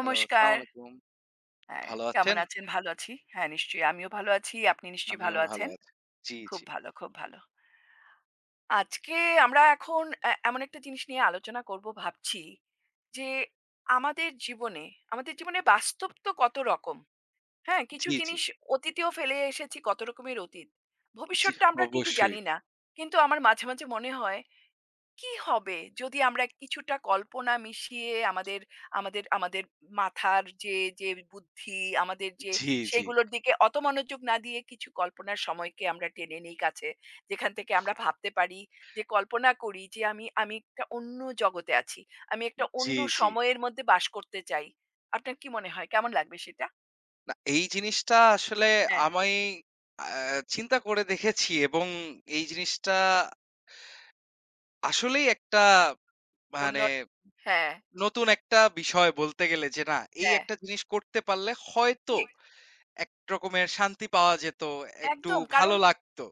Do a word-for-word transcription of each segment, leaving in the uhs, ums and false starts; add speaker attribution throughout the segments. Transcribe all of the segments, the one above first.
Speaker 1: Hello, আসসালামু আলাইকুম।
Speaker 2: হ্যাঁ,
Speaker 1: ভালো
Speaker 2: কেমন
Speaker 1: আছেন?
Speaker 2: আছেন? ভালো আছি। হ্যাঁ, নিশ্চয়ই আমিও ভালো আছি। আপনি নিশ্চয়ই
Speaker 1: আমিও
Speaker 2: ভালো
Speaker 1: ভালো
Speaker 2: আছেন।
Speaker 1: আছি। জি,
Speaker 2: খুব
Speaker 1: জি,
Speaker 2: ভালো, খুব ভালো। আজকে আমরা এখন এ এমন একটা জিনিস নিয়ে আলোচনা করব ভাবছি যে, আমাদের জীবনে, আমাদের জীবনে বাস্তব তো কত রকম। হ্যাঁ? কিছু
Speaker 1: জি, জি,
Speaker 2: জিনিস অতীতেও ফেলে এসেছি কত রকমের অতীত।
Speaker 1: জি,
Speaker 2: ভবিষ্যৎটা আমরা ঠিকই
Speaker 1: অবশ্যই।
Speaker 2: জানি না। কিন্তু আমার মাঝে, মাঝে মনে হয় কি হবে যদি আমরা কিছুটা কল্পনা মিশিয়ে আমাদের আমাদের আমাদের মাথার যে যে বুদ্ধি আমাদের যে
Speaker 1: জি, জি,
Speaker 2: সেইগুলোর দিকে অত মনোযোগ না দিয়ে কিছু কল্পনার সময়কে আমরা টেনে নিই কাছে যেখান থেকে আমরা ভাবতে পারি যে কল্পনা করি যে আমি আমি একটা অন্য জগতে আছি, আমি একটা
Speaker 1: জি,
Speaker 2: অন্য
Speaker 1: জি।
Speaker 2: সময়ের মধ্যে বাস করতে চাই। আপনার কি মনে হয় কেমন লাগবে সেটা?
Speaker 1: না এই জিনিসটা আসলে
Speaker 2: হ্যাঁ,
Speaker 1: আমি আ চিন্তা করে দেখেছি এবং এই জিনিসটা আসলেই একটা
Speaker 2: অন্য,
Speaker 1: মানে
Speaker 2: হ্যাঁ,
Speaker 1: নতুন একটা বিষয় বলতে গেলে যে না এই
Speaker 2: হ্যাঁ,
Speaker 1: একটা জিনিস করতে পারলে হয়তো
Speaker 2: ঠিক,
Speaker 1: এক রকমের শান্তি পাওয়া যেত, একটু
Speaker 2: একদম,
Speaker 1: ভালো
Speaker 2: কারণ
Speaker 1: লাগতো।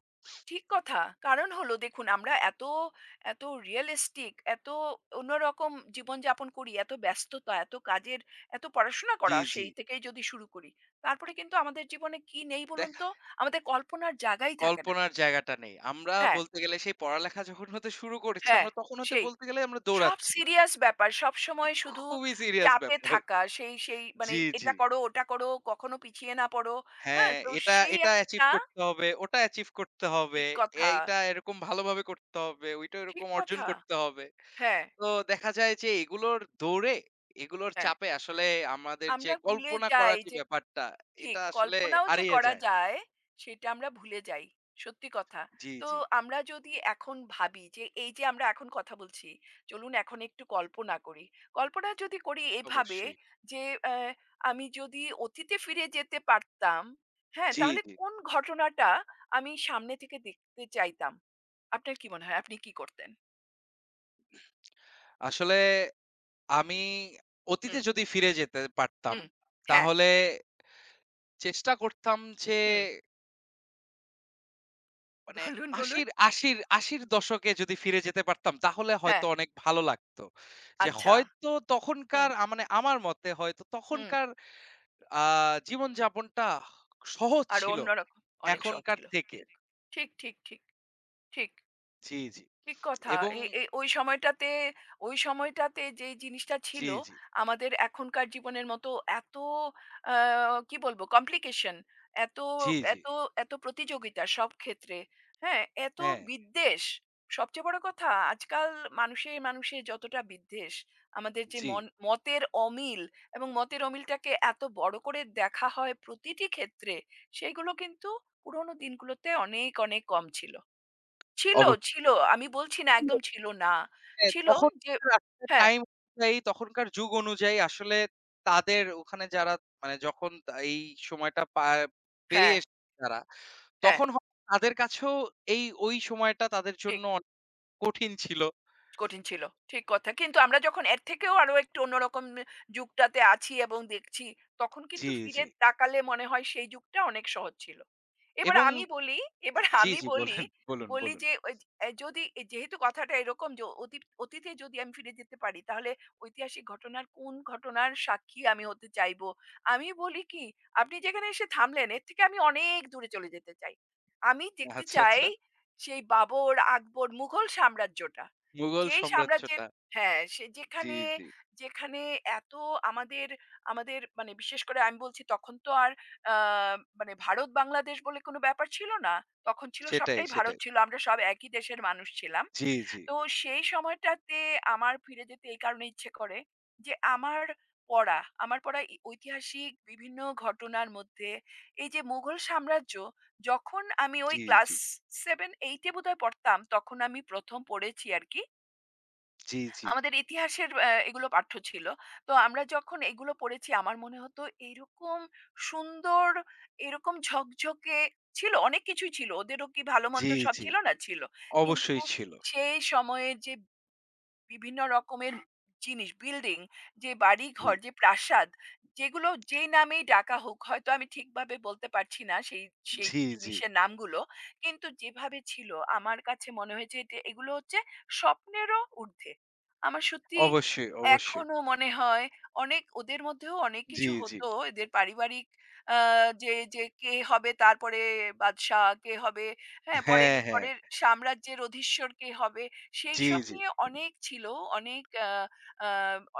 Speaker 2: ঠিক কথা। কারণ হলো দেখুন আমরা এত, এত রিয়ালিস্টিক, এত অন্যরকম জীবনযাপন করি, এত ব্যস্ততা, এত কাজের, এত পড়াশোনা
Speaker 1: জি,
Speaker 2: করা
Speaker 1: জি।
Speaker 2: সেই থেকেই যদি শুরু করি। তারপরে কিন্তু আমাদের জীবনে কি নেই
Speaker 1: দে
Speaker 2: বলুন তো? আমাদের কল্পনার জায়গাই থাকে না।
Speaker 1: কল্পনার জায়গাটা নেই। আমরা
Speaker 2: হ্যাঁ,
Speaker 1: বলতে গেলে সেই পড়ালেখা যখন হতে শুরু করেছি,
Speaker 2: হ্যাঁ,
Speaker 1: আমরা তখন হতে
Speaker 2: সেই।
Speaker 1: বলতে গেলে আমরা
Speaker 2: সব
Speaker 1: দৌড়াচ্ছি।
Speaker 2: সিরিয়াস ব্যাপার। সবসময় শুধু
Speaker 1: খুবই সিরিয়াস
Speaker 2: চাপে
Speaker 1: ব্যাপার।
Speaker 2: থাকা। সেই, সেই মানে
Speaker 1: জি, জি।
Speaker 2: এটা করো, ওটা করো, কখনো পিছিয়ে না পড়ো। হ্যাঁ?
Speaker 1: হ্যাঁ,
Speaker 2: তো
Speaker 1: এটা,
Speaker 2: সেই
Speaker 1: এটা অ্যাচিভ
Speaker 2: একটা
Speaker 1: করতে হবে, ওটা অ্যাচিভ করতে হবে।
Speaker 2: ঠিক কথা,
Speaker 1: এইটা এরকম ভালোভাবে করতে হবে, ওইটা
Speaker 2: ঠিক
Speaker 1: এরকম অর্জন
Speaker 2: কথা।
Speaker 1: করতে হবে।
Speaker 2: হ্যাঁ,
Speaker 1: তো দেখা যায় যে এগুলোর দৌড়ে, এগুলোর
Speaker 2: হ্যাঁ।
Speaker 1: চাপে আসলে আমাদের যে
Speaker 2: আমরা ভুলে
Speaker 1: কল্পনা
Speaker 2: যাই
Speaker 1: করার যে
Speaker 2: যে
Speaker 1: ব্যাপারটা,
Speaker 2: ঠিক।
Speaker 1: এটা আসলে
Speaker 2: কল্পনাও যে
Speaker 1: হারিয়ে
Speaker 2: করা
Speaker 1: যায়।
Speaker 2: যায়, সেটা আমরা ভুলে যাই। সত্যি কথা।
Speaker 1: জি,
Speaker 2: তো
Speaker 1: জি।
Speaker 2: আমরা যদি এখন ভাবি যে, এই যে আমরা এখন কথা বলছি, চলুন এখন একটু কল্পনা করি। কল্পনা যদি করি এভাবে
Speaker 1: অবশ্যই।
Speaker 2: যে, অ্যা আমি যদি অতীতে ফিরে যেতে পারতাম, হ্যাঁ?
Speaker 1: জি,
Speaker 2: তাহলে
Speaker 1: জি।
Speaker 2: কোন ঘটনাটা আমি সামনে থেকে দেখতে চাইতাম? আপনার কি মনে হয়? আপনি কি করতেন?
Speaker 1: আসলে আমি অতীতে
Speaker 2: হুম,
Speaker 1: যদি ফিরে যেতে পারতাম,
Speaker 2: হুম। হ্যাঁ,
Speaker 1: তাহলে চেষ্টা করতাম যে
Speaker 2: হুম।
Speaker 1: মানে
Speaker 2: বলুন,
Speaker 1: ৮০
Speaker 2: বলুন।
Speaker 1: ৮০ আশি দশকে যদি ফিরে যেতে পারতাম, তাহলে হয়তো
Speaker 2: হ্যাঁ,
Speaker 1: অনেক ভালো লাগতো। যে বাহ!
Speaker 2: আচ্ছা।
Speaker 1: হয়তো
Speaker 2: হুম,
Speaker 1: তখনকার আ মানে আমার মতে হয়তো
Speaker 2: হুম।
Speaker 1: তখনকার আ জীবনযাপনটা সহজ
Speaker 2: আরো
Speaker 1: ছিল
Speaker 2: অন্যরকম অনেক সহজ
Speaker 1: এখনকার
Speaker 2: ছিল।
Speaker 1: থেকে।
Speaker 2: ঠিক, ঠিক, ঠিক, ঠিক, ঠিক।
Speaker 1: জি, জি।
Speaker 2: ঠিক কথা।
Speaker 1: এবং
Speaker 2: এ এ ওই সময়টাতে ওই সময়টাতে যেই জিনিসটা
Speaker 1: জি,
Speaker 2: ছিল,
Speaker 1: জি।
Speaker 2: আমাদের এখনকার জীবনের মতো এত আ কি বলবো? কমপ্লিকেশন, এত
Speaker 1: জি, জি।
Speaker 2: এত এত প্রতিযোগিতা সব ক্ষেত্রে, হ্যাঁ? এত
Speaker 1: হ্যাঁ,
Speaker 2: বিদ্বেষ। সবচেয়ে বড় কথা আজকাল মানুষে, মানুষে যতটা বিদ্বেষ, আমাদের যে
Speaker 1: জি।
Speaker 2: মন মতের অমিল এবং মতের অমিলটাকে এত বড় করে দেখা হয় প্রতিটি ক্ষেত্রে, সেগুলো কিন্তু পুরোনো দিনগুলোতে অনেক, অনেক কম ছিল। ছিল,
Speaker 1: অবশ্যই।
Speaker 2: ছিল। আমি বলছি না একদম ছিল না।
Speaker 1: হ্যাঁ,
Speaker 2: ছিল যে
Speaker 1: তখনকার আসলে
Speaker 2: হ্যাঁ,
Speaker 1: টাইম অনুযায়ী তখনকার যুগ অনুযায়ী আসলে তাদের ওখানে যারা মানে যখন তা এই সময়টা পার
Speaker 2: হ্যাঁ,
Speaker 1: পেরিয়ে এসেছে তারা,
Speaker 2: হ্যাঁ,
Speaker 1: তখন হয়তো তাদের কাছেও এই ওই সময়টা তাদের জন্য
Speaker 2: ঠিক।
Speaker 1: অনেক কঠিন ছিল।
Speaker 2: কঠিন ছিল। ঠিক কথা। কিন্তু আমরা যখন এর থেকেও আরো একটু অন্যরকম যুগটাতে আছি এবং দেখছি, তখন কিন্তু
Speaker 1: জি,
Speaker 2: ফিরে
Speaker 1: জি।
Speaker 2: তাকালে মনে হয় সেই যুগটা অনেক সহজ ছিল। এবার
Speaker 1: এবং
Speaker 2: আমি বলি এবার
Speaker 1: জি,
Speaker 2: আমি
Speaker 1: জি
Speaker 2: বলি,
Speaker 1: বলেন, বলুন,
Speaker 2: বলি
Speaker 1: বলুন।
Speaker 2: যে ওই যে- এ যদি এ যেহেতু কথাটা এরকম যে অতীত অতীতে যদি আমি ফিরে যেতে পারি তাহলে ঐতিহাসিক ঘটনার কোন ঘটনার সাক্ষী আমি হতে চাইবো? আমি বলি কি, আপনি যেখানে এসে থামলেন এর থেকে আমি অনেক দূরে চলে যেতে চাই। আমি দেখতে
Speaker 1: আচ্ছা,
Speaker 2: চাই
Speaker 1: আচ্ছা।
Speaker 2: সেই বাবর, আকবর, মুঘল সাম্রাজ্যটা।
Speaker 1: মুঘল
Speaker 2: যেই সাম্রাজ্যের
Speaker 1: সাম্রাজ্যটা।
Speaker 2: হ্যাঁ সে
Speaker 1: জি,
Speaker 2: যেখানে
Speaker 1: জি।
Speaker 2: যেখানে এত আমাদের আমাদের মানে বিশেষ করে আমি বলছি তখন তো আর আহ, মানে ভারত বাংলাদেশ বলে কোনো ব্যাপার ছিল না, তখন ছিল
Speaker 1: সেটাই,
Speaker 2: সবটাই ভারত,
Speaker 1: সেটাই।
Speaker 2: ছিল আমরা সব একই দেশের মানুষ ছিলাম।
Speaker 1: জি, জি,
Speaker 2: তো সেই সময়টাতে আমার ফিরে যেতে এই কারণে ইচ্ছে করে যে আমার পড়া আমার পড়া ই- ঐতিহাসিক বিভিন্ন ঘটনার মধ্যে এই যে মুঘল সাম্রাজ্য, যখন আমি ওই
Speaker 1: জি,
Speaker 2: ক্লাস
Speaker 1: জি,
Speaker 2: সেভেন এইটে বোধহয় পড়তাম তখন আমি প্রথম পড়েছি আর কি,
Speaker 1: জি, জি,
Speaker 2: আমাদের ইতিহাসের আ এগুলো পাঠ্য ছিল। তো আমরা যখন এগুলো পড়েছি আমার মনে হতো এরকম সুন্দর, এরকম ঝকঝকে ছিল, অনেক কিছুই ছিল। ওদেরও কি ভালো-মন্দ
Speaker 1: জি,
Speaker 2: সব
Speaker 1: জি।
Speaker 2: ছিল না? ছিল। কিন্তু
Speaker 1: অবশ্যই ছিল।
Speaker 2: সেই সময়ের যে বিভিন্ন রকমের জিনিস বিল্ডিং যে
Speaker 1: জি,
Speaker 2: বাড়িঘর যে প্রাসাদ যেগুলো যেই নামেই ডাকা হোক হয়তো আমি ঠিকভাবে বলতে পারছি না সেই সেই
Speaker 1: জি, জি।
Speaker 2: জিনিসের নামগুলো কিন্তু যেভাবে ছিল আমার কাছে মনে হয়েছে যে এগুলো হচ্ছে স্বপ্নেরও ঊর্ধ্বে। আমার সত্যি
Speaker 1: অবশ্যই, অবশ্যই।
Speaker 2: এখনো মনে হয় অনেক ওদের মধ্যেও অনেক
Speaker 1: জি,
Speaker 2: কিছু
Speaker 1: জি।
Speaker 2: হতো এদের পারিবারিক, আহ, যে যে কে হবে তারপরে বাদশাহ কে হবে, হ্যাঁ পরের
Speaker 1: হ্যাঁ, হ্যাঁ।
Speaker 2: পরের সাম্রাজ্যের অধীশ্বর কে হবে
Speaker 1: জি,
Speaker 2: সেইসব
Speaker 1: জি,
Speaker 2: নিয়ে অনেক ছিল, অনেক আ আ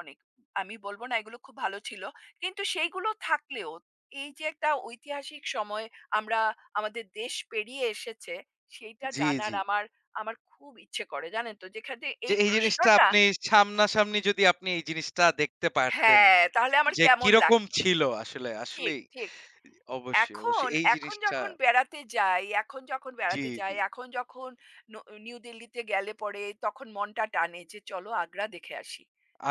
Speaker 2: অনেক, আমি বলব না এগুলো খুব ভালো ছিল। কিন্তু সেইগুলো থাকলেও এই যে একটা ঐতিহাসিক সময় আমরা আমাদের দেশ পেরিয়ে এসেছে, সেইটা
Speaker 1: জি, জি।
Speaker 2: জানার আমার আমার খুব ইচ্ছে করে জানেন তো? যেখানে
Speaker 1: যে
Speaker 2: এই
Speaker 1: এই জিনিসটা
Speaker 2: প্রশ্নটা
Speaker 1: আপনি সামনাসামনি যদি আপনি এই জিনিসটা দেখতে পারতেন
Speaker 2: হ্যাঁ, তাহলে আমার
Speaker 1: যে
Speaker 2: কেমন
Speaker 1: কিরকম
Speaker 2: লাগতো?
Speaker 1: ছিল আসলে,
Speaker 2: ঠিক,
Speaker 1: আসলেই।
Speaker 2: ঠিক।
Speaker 1: অবশ্যই,
Speaker 2: এখন,
Speaker 1: অবশ্যই। এই
Speaker 2: এখন
Speaker 1: জিনিসটা
Speaker 2: যখন বেড়াতে যাই, এখন যখন
Speaker 1: জি,
Speaker 2: বেড়াতে
Speaker 1: জি।
Speaker 2: যাই, এখন যখন ন নিউ দিল্লিতে গেলে পরে তখন মনটা টানে যে চলো আগ্রা দেখে আসি।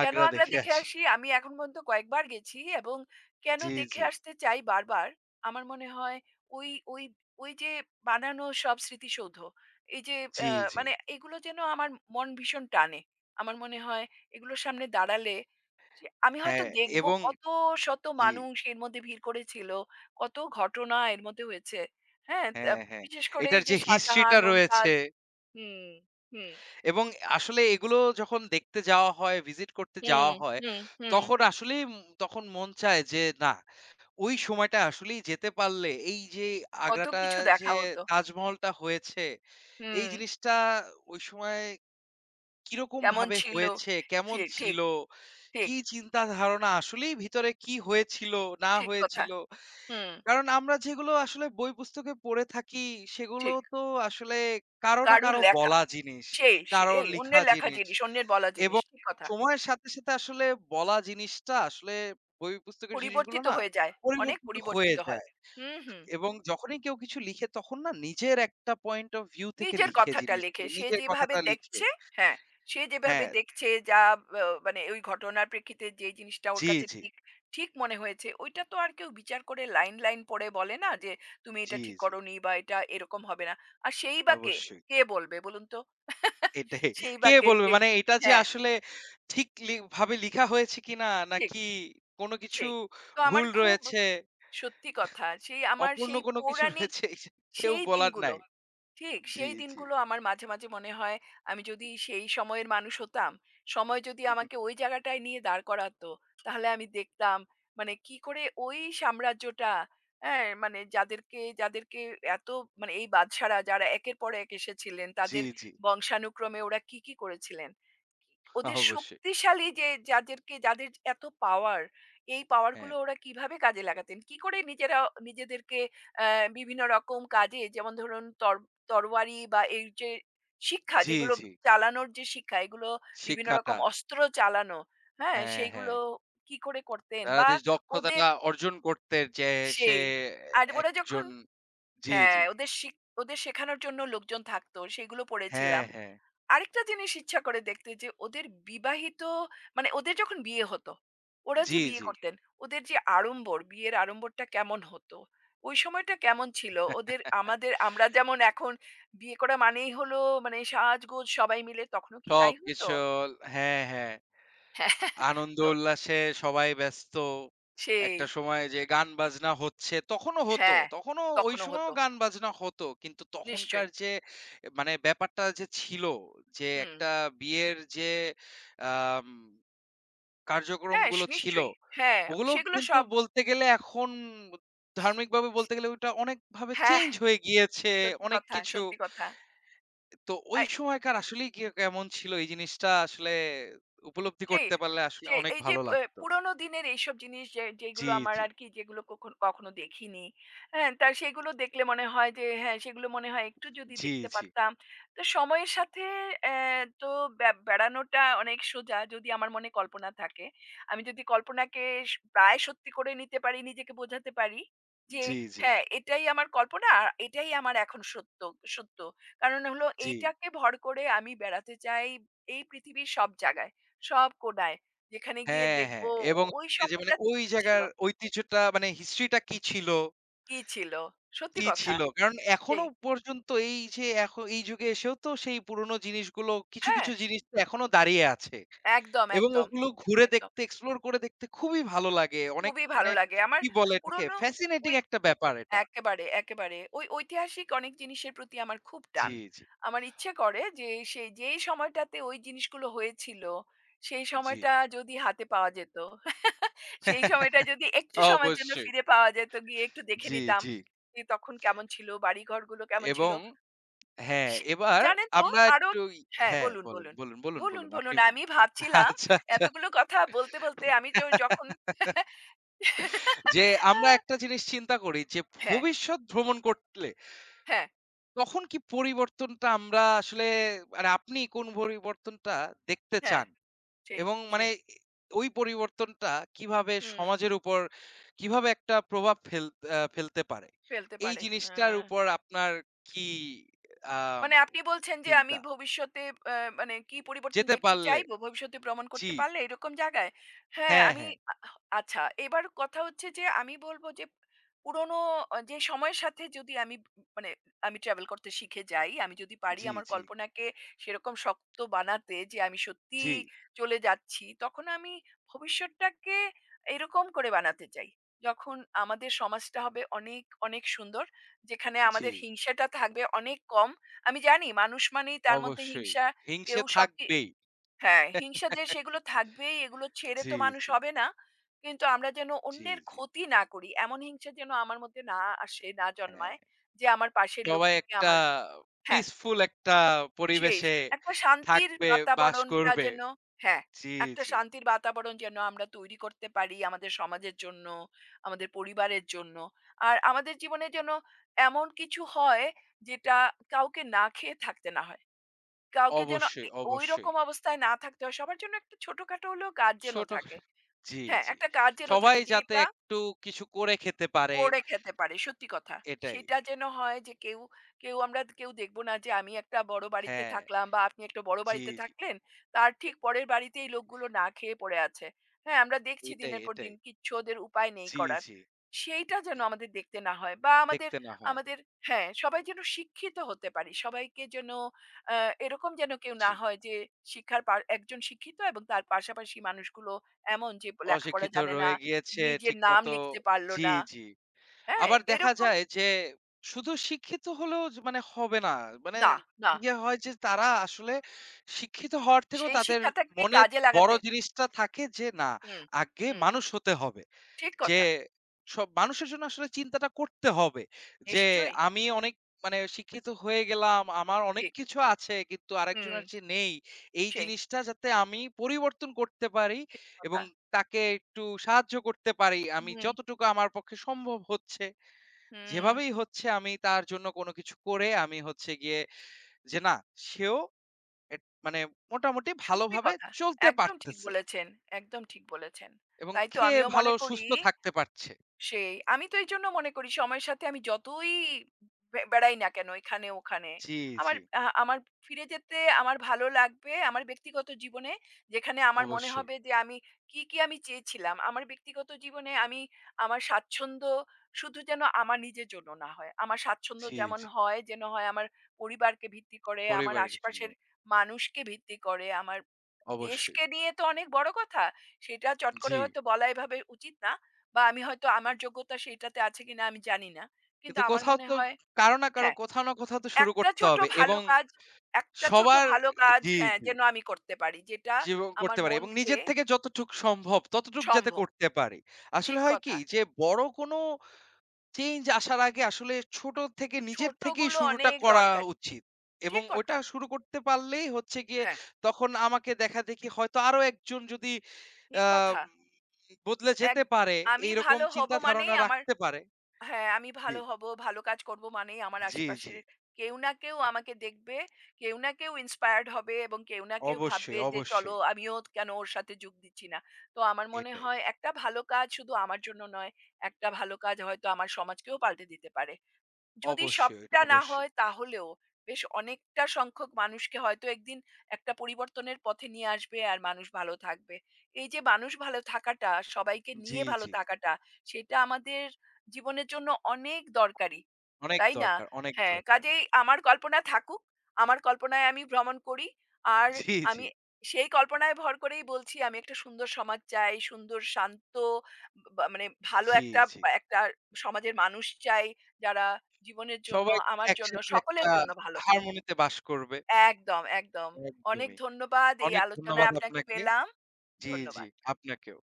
Speaker 2: কেন
Speaker 1: আগ্রা
Speaker 2: আগ্রা
Speaker 1: দেখে
Speaker 2: দেখে
Speaker 1: আসি।
Speaker 2: আসি? আমি এখন পর্যন্ত কয়েকবার গেছি এবং কেন
Speaker 1: জি, জি,
Speaker 2: দেখে আসতে চাই বারবার? আমার মনে হয় ওই ওই ওই যে বানানো সব স্মৃতিসৌধ, এই যে আ
Speaker 1: জি, জি।
Speaker 2: মানে এগুলো যেন আমার মন ভীষণ টানে। আমার মনে হয় এগুলোর সামনে দাঁড়ালে সে আমি হয়তো
Speaker 1: হ্যাঁ
Speaker 2: দেখব
Speaker 1: এবং
Speaker 2: কত শত
Speaker 1: জি,
Speaker 2: মানুষ এর মধ্যে ভিড় করেছিল। কত ঘটনা এর মধ্যে হয়েছে। হ্যাঁ? তা
Speaker 1: হ্যাঁ, হ্যাঁ।
Speaker 2: বিশেষ করে
Speaker 1: এটার
Speaker 2: এই যে
Speaker 1: যে হিস্ট্রিটা
Speaker 2: 'শাহজাহান',
Speaker 1: রয়েছে
Speaker 2: 'মমতাজ'। হুম, হুম,
Speaker 1: এবং আসলে এগুলো যখন দেখতে যাওয়া হয়, ভিজিট করতে
Speaker 2: হুম,
Speaker 1: যাওয়া হয়,
Speaker 2: হুম, হুম।
Speaker 1: তখন আসলেই উম তখন মন চায় যে না ওই সময়টা আসলেই যেতে পারলে এই যে
Speaker 2: কত
Speaker 1: আগ্রাটা
Speaker 2: কিছু দেখা
Speaker 1: যে
Speaker 2: হতো।
Speaker 1: তাজমহলটা হয়েছে, এই
Speaker 2: হুম,
Speaker 1: জিনিসটা ওই সময় কিরকম
Speaker 2: কেমন
Speaker 1: ভাবে
Speaker 2: ছিল?
Speaker 1: হয়েছে? কেমন
Speaker 2: সে ঠিক,
Speaker 1: ছিল?
Speaker 2: ঠিক,
Speaker 1: কি চিন্তা ধারণা আসলেই ভিতরে কি হয়েছিল, না
Speaker 2: ঠিক কথা।
Speaker 1: হয়েছিল?
Speaker 2: হুম,
Speaker 1: কারণ আমরা যেগুলো আসলে বই পুস্তকে পড়ে থাকি সেগুলো
Speaker 2: ঠিক।
Speaker 1: তো আসলে কারো না
Speaker 2: কারুর
Speaker 1: কারো
Speaker 2: লেখা।
Speaker 1: বলা জিনিস,
Speaker 2: সেই,
Speaker 1: কারো
Speaker 2: সেই
Speaker 1: লিখা
Speaker 2: অন্যের লেখা
Speaker 1: জিনিস
Speaker 2: জিনিস, অন্যের বলা জিনিস।
Speaker 1: এবং
Speaker 2: ঠিক কথা।
Speaker 1: সময়ের সাথে, সাথে আসলে বলা জিনিসটা আসলে বই পুস্তকের জিনিসগুলো
Speaker 2: পরিবর্তিত
Speaker 1: না
Speaker 2: হয়ে যায়। অনেক
Speaker 1: পরিবর্তিত হয়ে
Speaker 2: পরিবর্তিত হয়।
Speaker 1: যায়।
Speaker 2: হুম, হুম।
Speaker 1: এবং যখনই কেউ কিছু লিখে তখন না নিজের একটা পয়েন্ট অফ ভিউ থেকে
Speaker 2: নিজের
Speaker 1: লিখে
Speaker 2: কথাটা
Speaker 1: জিনিসটা,
Speaker 2: লেখে। সে
Speaker 1: নিজের
Speaker 2: যেভাবে
Speaker 1: কথাটা লিখে।
Speaker 2: দেখছে হ্যাঁ, সে যেভাবে
Speaker 1: হ্যাঁ,
Speaker 2: দেখছে যা আ মানে ওই ঘটনার প্রেক্ষিতে যে জিনিসটা ওর
Speaker 1: জি,
Speaker 2: কাছে
Speaker 1: জি,
Speaker 2: ঠিক, ঠিক মনে হয়েছে ওইটা তো আর কেউ বিচার করে লাইন, লাইন পড়ে বলে না যে, "তুমি এটা
Speaker 1: জি,
Speaker 2: ঠিক
Speaker 1: জি,
Speaker 2: করোনি বা এটা এরকম হবে না।" আর সেই বা কে?
Speaker 1: অবশ্যই।
Speaker 2: কে বলবে বলুন তো?
Speaker 1: এটাই।
Speaker 2: সেই বা
Speaker 1: কে
Speaker 2: কে
Speaker 1: বলবে
Speaker 2: যে
Speaker 1: মানে এটা যে
Speaker 2: হ্যাঁ,
Speaker 1: আসলে ঠিক লি ভাবে লিখা হয়েছে কিনা
Speaker 2: ঠিক
Speaker 1: নাকি কোনো কিছু
Speaker 2: সেই। তো আমার
Speaker 1: ভুল
Speaker 2: খুব
Speaker 1: রয়েছে,
Speaker 2: সত্যি কথা। সেই আমার
Speaker 1: অপূর্ণ
Speaker 2: সেই
Speaker 1: কোনো কিছু
Speaker 2: পৌরাণিক
Speaker 1: রয়েছে এই যে কেউ
Speaker 2: সেই
Speaker 1: বলার
Speaker 2: দিনগুলো
Speaker 1: নাই।
Speaker 2: ঠিক।
Speaker 1: জি,
Speaker 2: সেই
Speaker 1: জি,
Speaker 2: দিনগুলো আমার মাঝে, মাঝে মনে হয় আমি যদি সেই সময়ের মানুষ হতাম, সময় যদি আমাকে ওই জায়গাটায় নিয়ে দাঁড় করাতো, তাহলে আমি দেখতাম মানে কি করে ওই সাম্রাজ্যটা, হ্যাঁ? মানে যাদেরকে যাদেরকে এত মানে এই বাদশাহরা যারা একের পর এক এসেছিলেন,
Speaker 1: জি,
Speaker 2: তাদের
Speaker 1: জি,
Speaker 2: বংশানুক্রমে ওরা কি, কি করেছিলেন? ওদের
Speaker 1: অবশ্যই।
Speaker 2: শক্তিশালী যে যাদেরকে যাদের এত পাওয়ার, এই পাওয়ার
Speaker 1: হ্যাঁ,
Speaker 2: গুলো ওরা কিভাবে কাজে লাগাতেন? কি করে নিজেরা নিজেদেরকে অ্যা বিভিন্ন রকম কাজে যেমন ধরুন তর তরবারি বা এই যে শিক্ষা
Speaker 1: জি,
Speaker 2: যেগুলো
Speaker 1: জি,
Speaker 2: চালানোর যে শিক্ষা এগুলো বিভিন্ন
Speaker 1: শিক্ষাটা।
Speaker 2: রকম অস্ত্র চালানো, হ্যাঁ?
Speaker 1: হ্যাঁ, হ্যাঁ।
Speaker 2: সেইগুলো কি করে করতেন?
Speaker 1: তারা
Speaker 2: বা
Speaker 1: যে
Speaker 2: ওদের
Speaker 1: দক্ষতাটা অর্জন করতে যে সে
Speaker 2: সেই আর ওরা যখন
Speaker 1: একজন জি, জি।
Speaker 2: হ্যাঁ, ওদের শিক ওদের শেখানোর জন্য লোকজন থাকতো সেগুলো
Speaker 1: হ্যাঁ,
Speaker 2: পড়েছিলাম।
Speaker 1: হ্যাঁ।
Speaker 2: আরেকটা জিনিস ইচ্ছা করে দেখতে যে ওদের বিবাহিত মানে ওদের যখন বিয়ে হতো, ওরা যে
Speaker 1: জি,
Speaker 2: বিয়ে
Speaker 1: জি।
Speaker 2: করতেন, ওদের যে আড়ম্বর, বিয়ের আড়ম্বরটা কেমন হতো? ওই সময়টা কেমন ছিল? ওদের আমাদের আমরা যেমন এখন বিয়ে করা মানেই হলো মানে সাজগোজ সবাই মিলে, তখনও কি তাই হতো?
Speaker 1: সবকিছু হ্যাঁ, হ্যাঁ।
Speaker 2: হ্যাঁ,
Speaker 1: আনন্দ
Speaker 2: তো
Speaker 1: উল্লাসে সবাই ব্যস্ত। একটা
Speaker 2: সেই
Speaker 1: সময় যে গান বাজনা হচ্ছে, তখনও হতো।
Speaker 2: হ্যাঁ,
Speaker 1: তখনও ওই
Speaker 2: তখনও
Speaker 1: সময়ও
Speaker 2: হতো।
Speaker 1: গান বাজনা হতো। কিন্তু তখনকার
Speaker 2: নিশ্চয়ই।
Speaker 1: যে মানে ব্যাপারটা যে ছিল যে
Speaker 2: হুম।
Speaker 1: একটা বিয়ের যে আম
Speaker 2: হ্যাঁ,
Speaker 1: কার্যক্রমগুলো
Speaker 2: স-
Speaker 1: ছিল।
Speaker 2: নিশ্চয়ই। হ্যাঁ,
Speaker 1: ওগুলোও
Speaker 2: সেগুলো
Speaker 1: কিন্তু
Speaker 2: সব
Speaker 1: বলতে গেলে এখন ধার্মিকভাবে বলতে গেলে ওটা অনেকভাবে
Speaker 2: হ্যাঁ,
Speaker 1: চেঞ্জ হয়ে গিয়েছে,
Speaker 2: সত্যি
Speaker 1: অনেক
Speaker 2: কথা,
Speaker 1: কিছু।
Speaker 2: সত্যি কথা।
Speaker 1: তো
Speaker 2: আ
Speaker 1: ওই সময়কার আসলেই কে কেমন ছিল এই জিনিসটা আসলে উপলব্ধি
Speaker 2: সেই,
Speaker 1: করতে পারলে আসলে
Speaker 2: সেই
Speaker 1: অনেক
Speaker 2: এই যে
Speaker 1: ভালো
Speaker 2: প
Speaker 1: লাগতো।
Speaker 2: পুরোনো দিনের এইসব জিনিস যে
Speaker 1: জি,
Speaker 2: যেগুলো আমার
Speaker 1: জি,
Speaker 2: আর কি যেগুলো কখন কখনো দেখিনি। হ্যাঁ? তা সেগুলো দেখলে মনে হয় যে হ্যাঁ, সেগুলো মনে হয় একটু যদি
Speaker 1: জি,
Speaker 2: দেখতে
Speaker 1: জি,
Speaker 2: পারতাম। তো সময়ের সাথে অ্যা তো বে বেড়ানোটা অনেক সোজা যদি আমার মনে কল্পনা থাকে। আমি যদি কল্পনাকে স প্রায় সত্যি করে নিতে পারি, নিজেকে বোঝাতে পারি যে
Speaker 1: জি, জি,
Speaker 2: হ্যাঁ, এটাই আমার কল্পনা আর এটাই আমার এখন সত্য সত্য। কারণ হলো
Speaker 1: জি।
Speaker 2: এইটাকে ভর করে আমি বেড়াতে চাই এই পৃথিবীর সব জায়গায়। সব কোণায়। যেখানে গিয়ে
Speaker 1: হ্যাঁ,
Speaker 2: দেখব
Speaker 1: হ্যাঁ।
Speaker 2: ও
Speaker 1: এবং
Speaker 2: ওই
Speaker 1: এই যে মানে
Speaker 2: সময়টা
Speaker 1: ওই
Speaker 2: কি ছিল,
Speaker 1: জায়গার ঐতিহ্যটা মানে হিস্ট্রিটা কি ছিল
Speaker 2: কি ছিল। সত্যি
Speaker 1: কি
Speaker 2: কথা
Speaker 1: ছিল? কারণ এখনো
Speaker 2: সেই।
Speaker 1: পর্যন্ত এই যে এখ এই যুগে এসেও তো সেই পুরনো জিনিসগুলো কিছু,
Speaker 2: হ্যাঁ,
Speaker 1: কিছু জিনিস তো এখনো দাঁড়িয়ে আছে।
Speaker 2: একদম,
Speaker 1: এবং
Speaker 2: একদম,
Speaker 1: ওগুলো ঘুরে
Speaker 2: একদম।
Speaker 1: দেখতে এক্সপ্লোর করে দেখতে খুবই ভালো লাগে। অনেক
Speaker 2: খুবই
Speaker 1: মানে
Speaker 2: ভালো লাগে। আমার
Speaker 1: কি বলে এটাকে?
Speaker 2: পুরনো
Speaker 1: ফ্যাসিনেটিং
Speaker 2: ওই
Speaker 1: একটা ব্যাপার এটা।
Speaker 2: একেবারে, একেবারে। ওই ঐতিহাসিক অনেক জিনিসের প্রতি আমার খুব
Speaker 1: জি,
Speaker 2: টান।
Speaker 1: জি,
Speaker 2: আমার ইচ্ছে করে যে সেই যেই সময়টাতে ওই জিনিসগুলো হয়েছিল, সেই
Speaker 1: জি।
Speaker 2: সময়টা যদি হাতে পাওয়া যেত, সেই সময়টা যদি একটু সময়ের জন্য
Speaker 1: অবশ্যই।
Speaker 2: ফিরে পাওয়া যেত, গিয়ে একটু দেখে
Speaker 1: জি,
Speaker 2: নিতাম
Speaker 1: জি।
Speaker 2: যে তখন কেমন ছিল, বাড়িঘরগুলো কেমন ছিল।
Speaker 1: এবং হ্যাঁ,
Speaker 2: সে
Speaker 1: এবার
Speaker 2: জানেন তো
Speaker 1: আমরা
Speaker 2: আরো
Speaker 1: একটু
Speaker 2: হ্যাঁ,
Speaker 1: হ্যাঁ,
Speaker 2: বলুন,
Speaker 1: বলেন,
Speaker 2: বলুন।
Speaker 1: বলুন, বলুন,
Speaker 2: বলুন,
Speaker 1: বলুন। আপনি
Speaker 2: বলুন। আমি
Speaker 1: বলুন।
Speaker 2: ভাবছিলাম
Speaker 1: আচ্ছা, আচ্ছা।
Speaker 2: এতগুলো কথা বলতে, বলতে আমি তো যখন
Speaker 1: যে আমরা
Speaker 2: হ্যাঁ,
Speaker 1: একটা জিনিস চিন্তা করি যে
Speaker 2: হ্যাঁ,
Speaker 1: ভবিষ্যৎ ভ্রমণ করলে
Speaker 2: হ্যাঁ,
Speaker 1: তখন কি পরিবর্তনটা আমরা আসলে মানে আপনি কোন পরিবর্তনটা দেখতে
Speaker 2: হ্যাঁ।
Speaker 1: চান?
Speaker 2: সেই,
Speaker 1: এবং মানে
Speaker 2: সেই।
Speaker 1: এ ওই পরিবর্তনটা কিভাবে
Speaker 2: হুম,
Speaker 1: সমাজের উপর কিভাবে একটা প্রভাব ফেল আ ফেলতে পারে?
Speaker 2: ফেলতে
Speaker 1: এই
Speaker 2: পারে। আ
Speaker 1: জিনিসটার উপর আপনার কি আ
Speaker 2: মানে আপনি বলছেন যে আমি
Speaker 1: চিন্তা?
Speaker 2: ভবিষ্যতে আ মানে কি পরিবর্তন
Speaker 1: যেতে
Speaker 2: দেখতে
Speaker 1: পারলে
Speaker 2: চাইবো ভবিষ্যতে ভ্রমণ
Speaker 1: জি।
Speaker 2: করতে পারলে এরকম জায়গায়? হ্যাঁ,
Speaker 1: হ্যাঁ,
Speaker 2: আমি
Speaker 1: হ্যাঁ।
Speaker 2: আ আচ্ছা, এবার কথা হচ্ছে যে আমি বলব যে পুরনো আ যে সময়ের সাথে যদি আমি ব- মানে আমি ট্রাভেল করতে শিখে যাই, আমি যদি পারি
Speaker 1: জি,
Speaker 2: আমার
Speaker 1: জি,
Speaker 2: কল্পনাকে সেরকম শক্ত বানাতে যে আমি
Speaker 1: জি,
Speaker 2: সত্যিই চলে যাচ্ছি, তখন আমি ভবিষ্যৎটাকে এরকম করে বানাতে চাই। যখন আমাদের সমাজটা হবে অনেক, অনেক সুন্দর। যেখানে
Speaker 1: জি।
Speaker 2: আমাদের হিংসাটা থাকবে অনেক কম। আমি জানি মানুষ মানেই তার মধ্যে
Speaker 1: অবশ্যই।
Speaker 2: হিংসা।
Speaker 1: হিংসে
Speaker 2: কেউ সবকি
Speaker 1: থাকবেই।
Speaker 2: হ্যাঁ, হিংসা যে সেগুলো থাকবেই, এগুলো ছেড়ে তো
Speaker 1: জি,
Speaker 2: মানুষ
Speaker 1: জি,
Speaker 2: হবে না। কিন্তু আমরা যেন
Speaker 1: জি,
Speaker 2: অন্যের
Speaker 1: জি।
Speaker 2: ক্ষতি না করি। এমন হিংসা যেন আমার মধ্যে না আসে, না
Speaker 1: হ্যাঁ।
Speaker 2: জন্মায় যে আমার পাশের
Speaker 1: সবাই
Speaker 2: লোকটিকে
Speaker 1: একটা
Speaker 2: আমার হ্যাঁ,
Speaker 1: পিসফুল একটা
Speaker 2: শেষ।
Speaker 1: পরিবেশে
Speaker 2: একটা শান্তির
Speaker 1: থাকবে, বাস
Speaker 2: বাতাবরণটা
Speaker 1: করবে।
Speaker 2: যেন হ্যাঁ,
Speaker 1: জি,
Speaker 2: একটা
Speaker 1: জি।
Speaker 2: শান্তির বাতাবরণ যেন আমরা তৈরি করতে পারি আমাদের সমাজের জন্য, আমাদের পরিবারের জন্য। আর আমাদের জীবনে যেন এমন কিছু হয় যেটা কাউকে না খেয়ে থাকতে না হয়। কাউকে যেন
Speaker 1: অবশ্যই,
Speaker 2: এ
Speaker 1: অবশ্যই।
Speaker 2: ঐরকম অবস্থায় না থাকতে হয়। সবার জন্য একটা ছোটখাটো হলেও গার্ডিয়ান ও
Speaker 1: ছোট
Speaker 2: থাকে।
Speaker 1: জি,
Speaker 2: হ্যাঁ,
Speaker 1: জি।
Speaker 2: একটা গার্ডিয়ান ও
Speaker 1: সবাই
Speaker 2: থাকে যে
Speaker 1: যাতে
Speaker 2: এটা
Speaker 1: একটু কিছু করে খেতে পারে
Speaker 2: করে খেতে পারে, সত্যি কথা।
Speaker 1: এটাই।
Speaker 2: সেটা যেন হয় যে কেউ, কেউ আমরা কেউ দেখব না যে আমি একটা বড় বাড়িতে
Speaker 1: হ্যাঁ,
Speaker 2: থাকলাম বা আপনি একটা বড়
Speaker 1: জি,
Speaker 2: বাড়িতে
Speaker 1: জি।
Speaker 2: থাকলেন। তার ঠিক পরের বাড়িতে এই লোকগুলো না খেয়ে পড়ে আছে। হ্যাঁ, আমরা দেখছি
Speaker 1: এটাই,
Speaker 2: দিনের পর
Speaker 1: এটাই।
Speaker 2: দিন কিচ্ছু ওদের উপায় নেই
Speaker 1: জি,
Speaker 2: করার।
Speaker 1: জি।
Speaker 2: সেইটা যেন আমাদের দেখতে না হয় বা আমাদের,
Speaker 1: দেখতে না হয়।
Speaker 2: আমাদের হ্যাঁ, সবাই যেন শিক্ষিত হতে পারি। সবাইকে যেন আ এরকম যেন কেউ
Speaker 1: জি।
Speaker 2: না হয় যে শিক্ষার পা একজন শিক্ষিত এবং তার পাশাপাশি মানুষগুলো এমন যে লেখাপড়া
Speaker 1: অশিক্ষিত
Speaker 2: জানে না,
Speaker 1: রয়ে গিয়েছে
Speaker 2: নিজের নাম
Speaker 1: ঠিকমতো
Speaker 2: লিখতে পারল
Speaker 1: জি,
Speaker 2: না।
Speaker 1: জি।
Speaker 2: হ্যাঁ,
Speaker 1: আবার দেখা
Speaker 2: এরকম
Speaker 1: যায় যে শুধু শিক্ষিত হলেও যে মানে হবে না। মানে
Speaker 2: না, না।
Speaker 1: ইয়ে হয় যে তারা আসলে শিক্ষিত হওয়ার থেকেও
Speaker 2: সেই
Speaker 1: তাদের
Speaker 2: শিক্ষাটাকে
Speaker 1: মনে
Speaker 2: কাজে
Speaker 1: বড়
Speaker 2: লাগাতে
Speaker 1: জিনিসটা থাকে যে না
Speaker 2: হুম,
Speaker 1: আগে
Speaker 2: হুম।
Speaker 1: মানুষ হতে হবে।
Speaker 2: ঠিক
Speaker 1: যে
Speaker 2: কথা।
Speaker 1: সব মানুষের জন্য আসলে চিন্তাটা করতে হবে। যে
Speaker 2: নিশ্চয়ই
Speaker 1: আমি অনেক মানে শিক্ষিত হয়ে গেলাম। আমার অনেক
Speaker 2: ঠিক।
Speaker 1: কিছু আছে কিন্তু
Speaker 2: হুম,
Speaker 1: আরেকজনের যে নেই এই
Speaker 2: সেই
Speaker 1: জিনিসটা যাতে আমি পরিবর্তন করতে পারি এবং
Speaker 2: কথা।
Speaker 1: তাকে একটু সাহায্য করতে পারি আমি
Speaker 2: হুম,
Speaker 1: যতটুকু আমার পক্ষে সম্ভব হচ্ছে। যেভাবেই
Speaker 2: হুম।
Speaker 1: হচ্ছে আমি তার জন্য কোনো কিছু করে আমি হচ্ছে গিয়ে যে না সেও এট মানে মোটামুটি
Speaker 2: সত্যি
Speaker 1: ভালোভাবে
Speaker 2: কথা।
Speaker 1: চলতে
Speaker 2: একদম ঠিক
Speaker 1: পারতেছে
Speaker 2: বলেছেন, একদম ঠিক বলেছেন।
Speaker 1: এবং
Speaker 2: তাই তো
Speaker 1: খেয়ে
Speaker 2: আমিও
Speaker 1: ভালো
Speaker 2: মনে করি
Speaker 1: সুস্থ থাকতে পারছে।
Speaker 2: সেই। আমি তো এইজন্য মনে করি সময়ের সাথে আমি যতই বে বেড়াই না কেন এখানে ওখানে,
Speaker 1: জি, জি।
Speaker 2: আমার আ আমার ফিরে যেতে আমার ভালো লাগবে আমার ব্যক্তিগত জীবনে, যেখানে আমার মনে
Speaker 1: অবশ্যই।
Speaker 2: হবে যে আমি কি, কি আমি চেয়েছিলাম। আমার ব্যক্তিগত জীবনে আমি আমার স্বাচ্ছন্দ্য শুধু যেন আমার নিজের জন্য না হয়। আমার স্বাচ্ছন্দ্য
Speaker 1: জি,
Speaker 2: যেমন
Speaker 1: জি।
Speaker 2: হয় যেন হয় আমার পরিবারকে ভিত্তি করে, আমার
Speaker 1: পরিবারের জন্য।
Speaker 2: আশেপাশের মানুষকে ভিত্তি করে, আমার
Speaker 1: অবশ্যই।
Speaker 2: দেশকে নিয়ে তো অনেক বড় কথা। সেটা চট করে
Speaker 1: জি।
Speaker 2: হয়তো বলা এভাবে উচিত না। বা আমি হয়তো আমার যোগ্যতা সেইটাতে আছে কিনা আমি জানি না। কিন্তু
Speaker 1: কিন্তু
Speaker 2: আমার
Speaker 1: কোথাও
Speaker 2: মনে
Speaker 1: তো
Speaker 2: হয়
Speaker 1: কারো না কারো
Speaker 2: হ্যাঁ,
Speaker 1: কোথাও না কোথাও তো শুরু
Speaker 2: একটা
Speaker 1: করতে
Speaker 2: ছোট
Speaker 1: হবে
Speaker 2: ভালো
Speaker 1: এবং
Speaker 2: কাজ, একটা ছোট
Speaker 1: সবার
Speaker 2: ভালো কাজ
Speaker 1: জি,
Speaker 2: হ্যাঁ,
Speaker 1: জি।
Speaker 2: যেন আমি করতে পারি। যেটা
Speaker 1: জি এবং
Speaker 2: আমার
Speaker 1: করতে পারি এবং
Speaker 2: মনকে
Speaker 1: নিজের থেকে যতটুক সম্ভব ততটুক যাতে
Speaker 2: সম্ভব।
Speaker 1: করতে পারি। আসলে
Speaker 2: ঠিক
Speaker 1: হয় কি
Speaker 2: কথা।
Speaker 1: যে বড় কোনো চেঞ্জ আসার আগে আসলে ছোট থেকে নিজের থেকেই
Speaker 2: ছোটগুলো
Speaker 1: শুরুটা
Speaker 2: অনেক
Speaker 1: করা
Speaker 2: দরকারি।
Speaker 1: উচিত। এবং
Speaker 2: ঠিক
Speaker 1: ওটা
Speaker 2: কথা।
Speaker 1: শুরু করতে পারলেই হচ্ছে গিয়ে
Speaker 2: হ্যাঁ,
Speaker 1: তখন আমাকে দেখাদেখি হয়তো আরো একজন যদি
Speaker 2: ঠিক
Speaker 1: আ
Speaker 2: কথা।
Speaker 1: বদলে
Speaker 2: এক
Speaker 1: যেতে পারে,
Speaker 2: আমি
Speaker 1: এইরকম
Speaker 2: ভালো হব
Speaker 1: চিন্তা ধারণা
Speaker 2: মানেই আমার
Speaker 1: রাখতে পারে।
Speaker 2: হ্যাঁ, আমি
Speaker 1: জি,
Speaker 2: ভালো হব, ভালো কাজ করব মানেই আমার
Speaker 1: জি, জি।
Speaker 2: আশেপাশের কেউ না কেউ আমাকে দেখবে, কেউ না কেউ inspired হবে এবং কেউ না কেউ
Speaker 1: অবশ্যই,
Speaker 2: ভাববে যে চলো
Speaker 1: অবশ্যই।
Speaker 2: আমিও কেন ওর সাথে যোগ দিচ্ছি না। তো আমার মনে
Speaker 1: এটাই।
Speaker 2: হয় একটা ভালো কাজ শুধু আমার জন্য নয়, একটা ভালো কাজ হয়তো আমার সমাজকেও পাল্টে দিতে পারে। যদি
Speaker 1: অবশ্যই, এটা
Speaker 2: সবটা না
Speaker 1: অবশ্যই।
Speaker 2: হয় তাহলেও বেশ অনেকটা সংখ্যক মানুষকে হয়তো একদিন একটা পরিবর্তনের পথে নিয়ে আসবে আর মানুষ ভালো থাকবে। এই যে মানুষ ভালো থাকাটা, সবাইকে
Speaker 1: জি,
Speaker 2: নিয়ে ভালো
Speaker 1: জি।
Speaker 2: থাকাটা সেটা আমাদের জীবনের জন্য অনেক দরকারি।
Speaker 1: অনেক
Speaker 2: তাই না?
Speaker 1: দরকার, অনেক
Speaker 2: হ্যাঁ,
Speaker 1: দরকার।
Speaker 2: কাজেই আমার কল্পনা থাকুক। আমার কল্পনায় আমি ভ্রমণ করি। আর
Speaker 1: জি, জি,
Speaker 2: আমি সেই কল্পনায় ভর করেই বলছি আমি একটা সুন্দর সমাজ চাই, সুন্দর শান্ত বা মানে ভালো
Speaker 1: জি,
Speaker 2: একটা,
Speaker 1: জি।
Speaker 2: একটা সমাজের মানুষ চাই যারা জীবনের জন্য,
Speaker 1: সবাই যাতে
Speaker 2: আমার জন্য,
Speaker 1: একসাথে
Speaker 2: সকলের
Speaker 1: একটা
Speaker 2: জন্য ভালো।
Speaker 1: হারমনিতে বাস করবে।
Speaker 2: একদম, একদম। অনেক
Speaker 1: একদমই।
Speaker 2: ধন্যবাদ। এই
Speaker 1: অনেক ধন্যবাদ
Speaker 2: আলোচনায় আপনাকে
Speaker 1: আপনাকে।
Speaker 2: পেলাম।
Speaker 1: জি, জি।
Speaker 2: ধন্যবাদ।
Speaker 1: আপনাকেও।